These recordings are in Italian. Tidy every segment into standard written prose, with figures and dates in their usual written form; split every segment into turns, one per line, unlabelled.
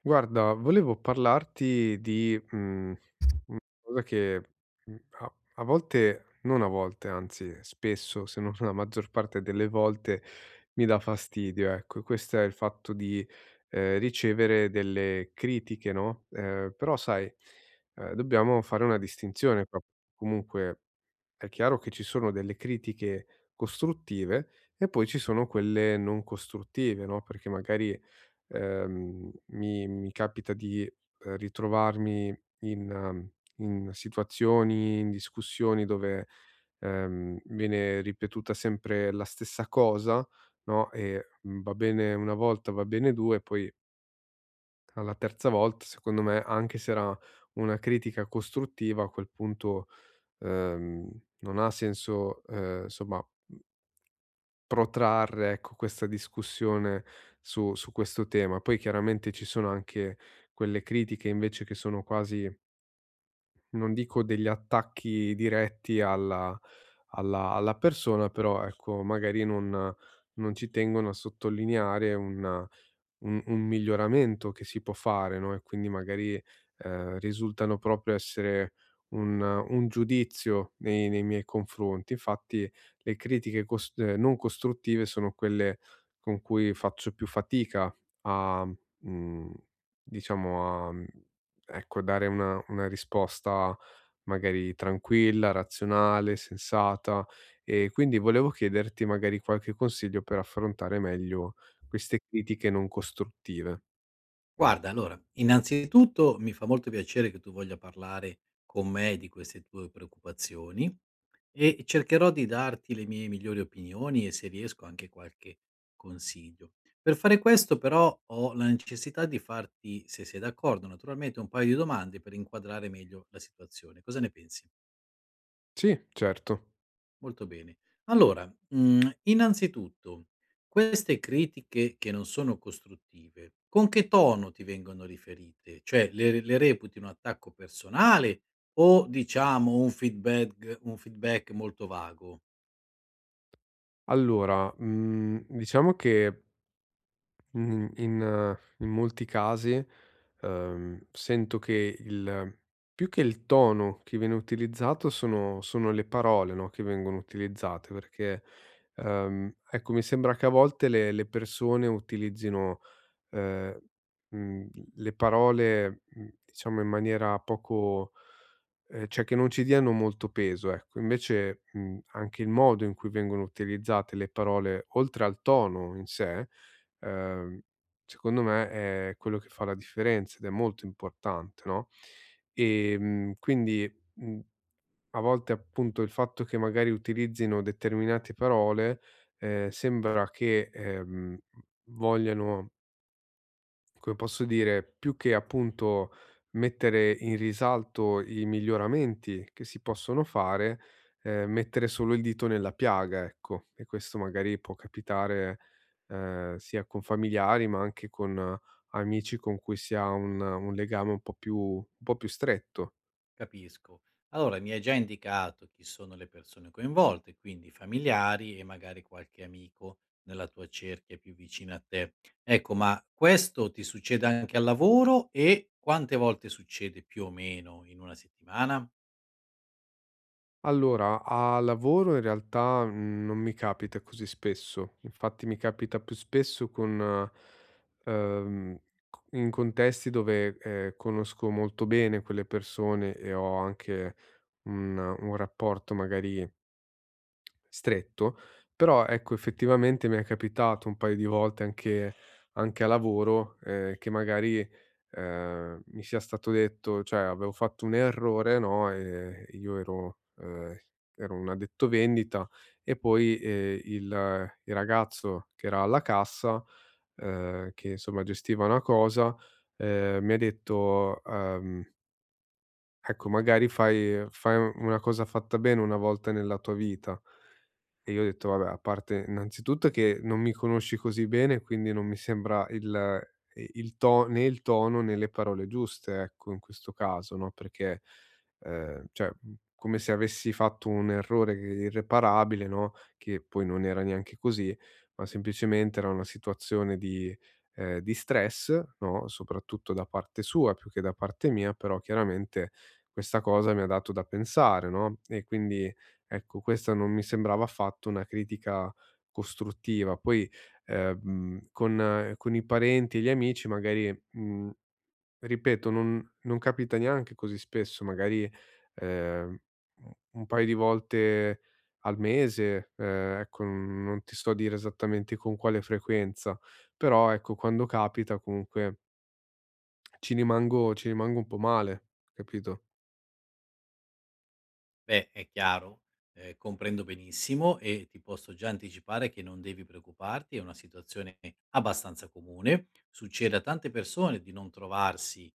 Guarda, volevo parlarti di, cosa che, a volte non a volte, anzi spesso, se non la maggior parte delle volte, mi dà fastidio, ecco. E questo è il fatto di, ricevere delle critiche, no, però sai, dobbiamo fare una distinzione qua. Comunque è chiaro che ci sono delle critiche costruttive e poi ci sono quelle non costruttive, no, perché magari mi capita di, ritrovarmi in in situazioni, in discussioni dove, viene ripetuta sempre la stessa cosa, no, e, va bene 1 volta, va bene 2, poi alla terza volta, secondo me, anche se era una critica costruttiva, a quel punto, ehm, non ha senso, somma protrarre, ecco, questa discussione su questo tema. Poi chiaramente ci sono anche quelle critiche invece che sono quasi, non dico degli attacchi diretti alla alla persona, però ecco magari non ci tengono a sottolineare un un miglioramento che si può fare, no, e quindi magari, risultano proprio essere un giudizio nei miei confronti. Infatti le critiche cos non costruttive sono quelle con cui faccio più fatica a mhmm, diciamo a ecco, dare una risposta magari tranquilla, razionale, sensata. E quindi volevo chiederti magari qualche consiglio per affrontare meglio queste critiche non costruttive.
Guarda, allora, innanzitutto mi fa molto piacere che tu voglia parlare con me di queste tue preoccupazioni e cercherò di darti le mie migliori opinioni e se riesco anche qualche consiglio. Per fare questo però ho la necessità di farti, se sei d'accordo, naturalmente un paio di domande per inquadrare meglio la situazione. Cosa ne pensi?
Sì, certo.
Molto bene. Allora, innanzitutto, queste critiche che non sono costruttive, con che tono ti vengono riferite? Cioè le reputi un attacco personale o diciamo un feedback molto vago?
Allora, diciamo che, mhmm, in in molti casi, sento che il più che il tono che viene utilizzato sono le parole, no, che vengono utilizzate perché, ecco, mi sembra che a volte le persone utilizzino ehm, mhmm, le parole, diciamo in maniera poco cioè che non ci diano molto peso, ecco. Invece, anche il modo in cui vengono utilizzate le parole, oltre al tono in sé, ehm, secondo me è quello che fa la differenza ed è molto importante, no, quindi, a volte appunto il fatto che magari utilizzino determinate parole, sembra che, vogliano come posso dire, più che appunto mettere in risalto i miglioramenti che si possono fare, mettere solo il dito nella piaga, ecco. E questo magari può capitare, sia con familiari, ma anche con amici con cui si ha un legame un po' più stretto.
Capisco. Allora, mi hai già indicato chi sono le persone coinvolte, quindi familiari e magari qualche amico nella tua cerchia più vicina a te. Ecco, ma questo ti succede anche al lavoro e quante volte succede più o meno in una settimana?
Allora, a lavoro in realtà, non mi capita così spesso. Infatti mi capita più spesso con ehm, co in contesti dove, conosco molto bene quelle persone e ho anche un rapporto magari stretto, però ecco effettivamente mi è capitato un paio di volte anche a lavoro, che magari, mi sia stato detto cioè avevo fatto un errore, no, io ero ero un addetto vendita e poi, il ragazzo che era alla cassa, che insomma gestiva una cosa, mi ha detto, "Ecco magari fai una cosa fatta bene una volta nella tua vita". E io ho detto: "Vabbè, a parte innanzitutto che non mi conosci così bene, quindi non mi sembra il to né il tono né le parole giuste, ecco, in questo caso, no, perché, cioè, come se avessi fatto un errore che irreparabile, no, che poi non era neanche così, ma semplicemente era una situazione di stress, no, soprattutto da parte sua più che da parte mia, però chiaramente questa cosa mi ha dato da pensare, no, e quindi ecco, questa non mi sembrava affatto una critica costruttiva. Poi, con i parenti e gli amici magari, ripeto, non capita neanche così spesso, magari, ehm, u un paio di volte al mese, ecco, n non ti so a dire esattamente con quale frequenza, però ecco, quando capita comunque ci rimango un po' male, capito?
Beh, è chiaro, comprendo benissimo e ti posso già anticipare che non devi preoccuparti, è una situazione abbastanza comune. Succede a tante persone di non trovarsi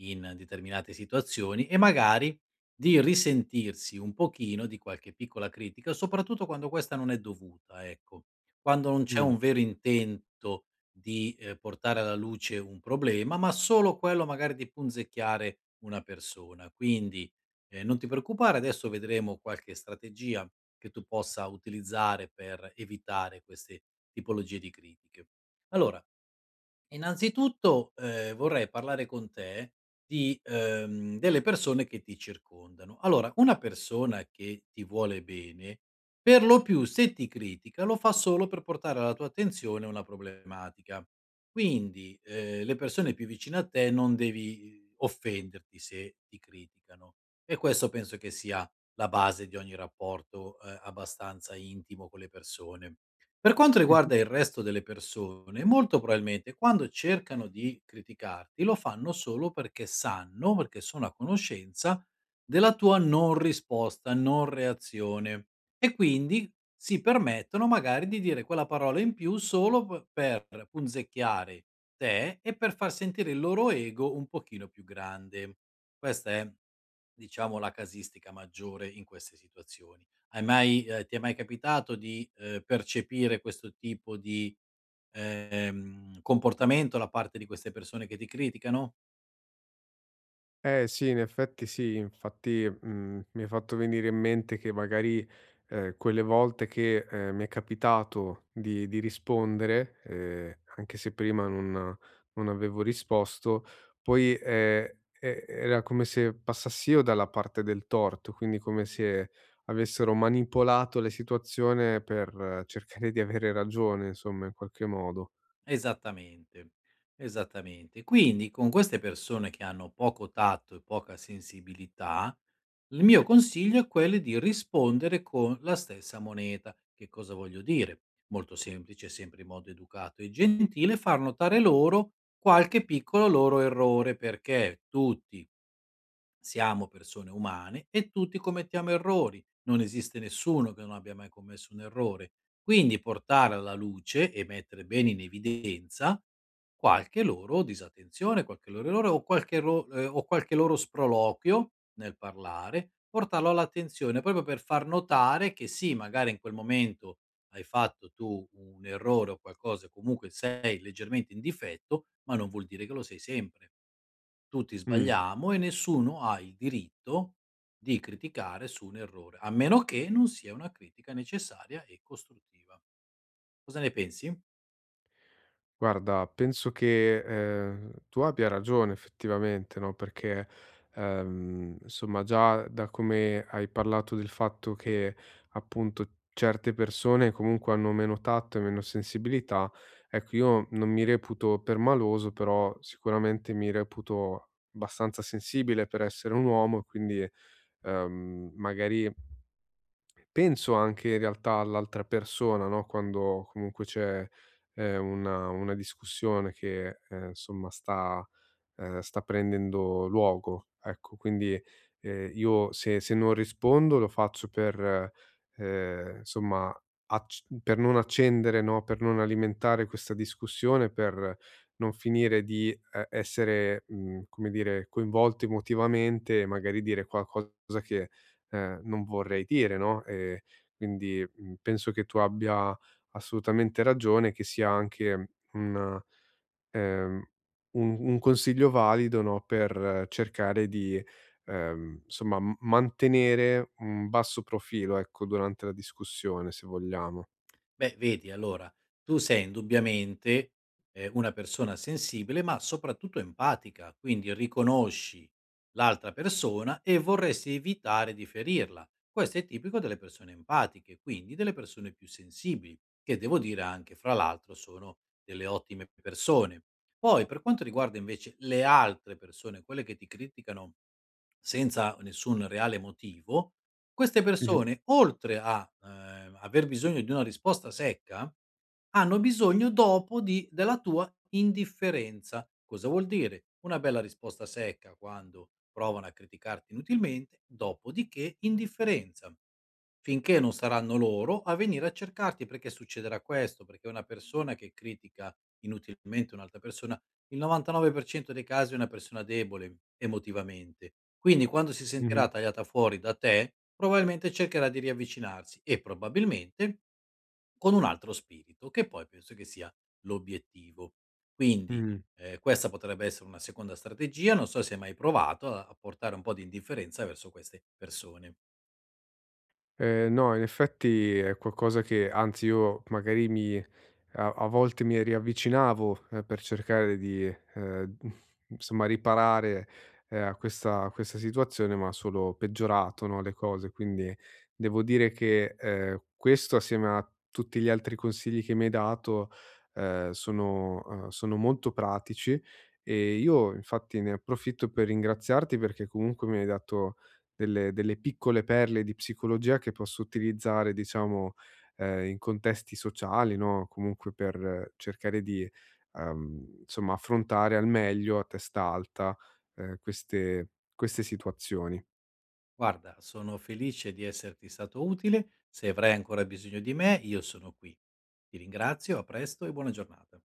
in determinate situazioni e magari di risentirsi un pochino di qualche piccola critica, soprattutto quando questa non è dovuta, ecco. Quando non c'è
Mh.
un vero intento di, portare alla luce un problema, ma solo quello magari di punzecchiare una persona. Quindi non ti preoccupare, adesso vedremo qualche strategia che tu possa utilizzare per evitare queste tipologie di critiche. Allora, innanzitutto, vorrei parlare con te di delle persone che ti circondano. Allora, una persona che ti vuole bene, per lo più se ti critica lo fa solo per portare alla tua attenzione una problematica. Quindi, le persone più vicine a te non devi offenderti se ti criticano e questo penso che sia la base di ogni rapporto, abbastanza intimo con le persone. Per quanto riguarda il resto delle persone, molto probabilmente quando cercano di criticarti lo fanno solo perché sanno, perché sono a conoscenza della tua non risposta, non reazione e quindi si permettono magari di dire quella parola in più solo per punzecchiare te e per far sentire il loro ego un pochino più grande. Questa è, diciamo, la casistica maggiore in queste situazioni. Hai mai ti è mai capitato di, percepire questo tipo di, comportamento da parte di queste persone che ti criticano?
Eh sì, in effetti sì, infatti, mi hai fatto venire in mente che magari, quelle volte che, mi è capitato di rispondere, anche se prima non avevo risposto, poi, e era come se passassi io dalla parte del torto, quindi come se avessero manipolato la situazione per cercare di avere ragione, insomma, in qualche modo.
Esattamente, esattamente. Quindi con queste persone che hanno poco tatto e poca sensibilità, il mio consiglio è quello di rispondere con la stessa moneta. Che cosa voglio dire? Molto semplice, sempre in modo educato e gentile, far notare loro qualche piccolo loro errore, perché tutti siamo persone umane e tutti commettiamo errori, non esiste nessuno che non abbia mai commesso un errore. Quindi portare alla luce e mettere bene in evidenza qualche loro disattenzione, qualche loro errore o qualche, o qualche loro sproloquio nel parlare, portarlo all'attenzione proprio per far notare che sì, magari in quel momento hai fatto tu un errore o qualcosa, comunque sei leggermente in difetto, ma non vuol dire che lo sei sempre. Tutti
Mh.
sbagliamo e nessuno ha il diritto di criticare su un errore, a meno che non sia una critica necessaria e costruttiva. Cosa ne pensi?
Guarda, penso che, tu abbia ragione effettivamente, no, perché, insomma già da come hai parlato del fatto che, appunto, certe persone comunque hanno meno tatto e meno sensibilità, ecco io non mi reputo permaloso, però sicuramente mi reputo abbastanza sensibile per essere un uomo, quindi, magari penso anche in realtà all'altra persona, no, quando comunque c'è, una discussione che, insomma sta sta prendendo luogo, ecco. Quindi, io se non rispondo lo faccio per, insomma, acc per non accendere, no, per non alimentare questa discussione, per non finire di essere, come dire, coinvolto emotivamente e magari dire qualcosa che, non vorrei dire, no, quindi, penso che tu abbia assolutamente ragione, che sia anche un ehm, un consiglio valido, no, per cercare di, insomma, m mantenere un basso profilo, ecco, durante la discussione, se vogliamo.
Beh, vedi, allora, tu sei indubbiamente, una persona sensibile, ma soprattutto empatica, quindi riconosci l'altra persona e vorresti evitare di ferirla. Questo è tipico delle persone empatiche, quindi delle persone più sensibili, che devo dire anche, fra l'altro, sono delle ottime persone. Poi, per quanto riguarda invece le altre persone, quelle che ti criticano senza nessun reale motivo, queste
Mh-mh,
persone oltre a, aver bisogno di una risposta secca, hanno bisogno dopo di della tua indifferenza. Cosa vuol dire? Una bella risposta secca quando provano a criticarti inutilmente, dopodiché indifferenza, finché non saranno loro a venire a cercarti perché succederà questo, perché una persona che critica inutilmente un'altra persona il 99% dei casi è una persona debole emotivamente, quindi quando si
mh-mh,
sentirà tagliata fuori da te, probabilmente cercherà di riavvicinarsi e probabilmente con un altro spirito, che poi penso che sia l'obiettivo. Quindi,
mh.
questa potrebbe essere una seconda strategia, non so se hai mai provato a portare un po' di indifferenza verso queste persone.
No, in effetti è qualcosa che anzi io magari mi a volte mi riavvicinavo, per cercare di, ehm, insomma riparare, a questa situazione, ma ha solo peggiorato, no, le cose. Quindi devo dire che, questo assieme a tutti gli altri consigli che mi hai dato, sono sono molto pratici e io infatti ne approfitto per ringraziarti perché comunque mi hai dato delle piccole perle di psicologia che posso utilizzare, diciamo, in contesti sociali, no, comunque per cercare di, insomma affrontare al meglio a testa alta, queste situazioni.
Guarda, sono felice di esserti stato utile, se avrai ancora bisogno di me, io sono qui. Ti ringrazio, a presto e buona giornata.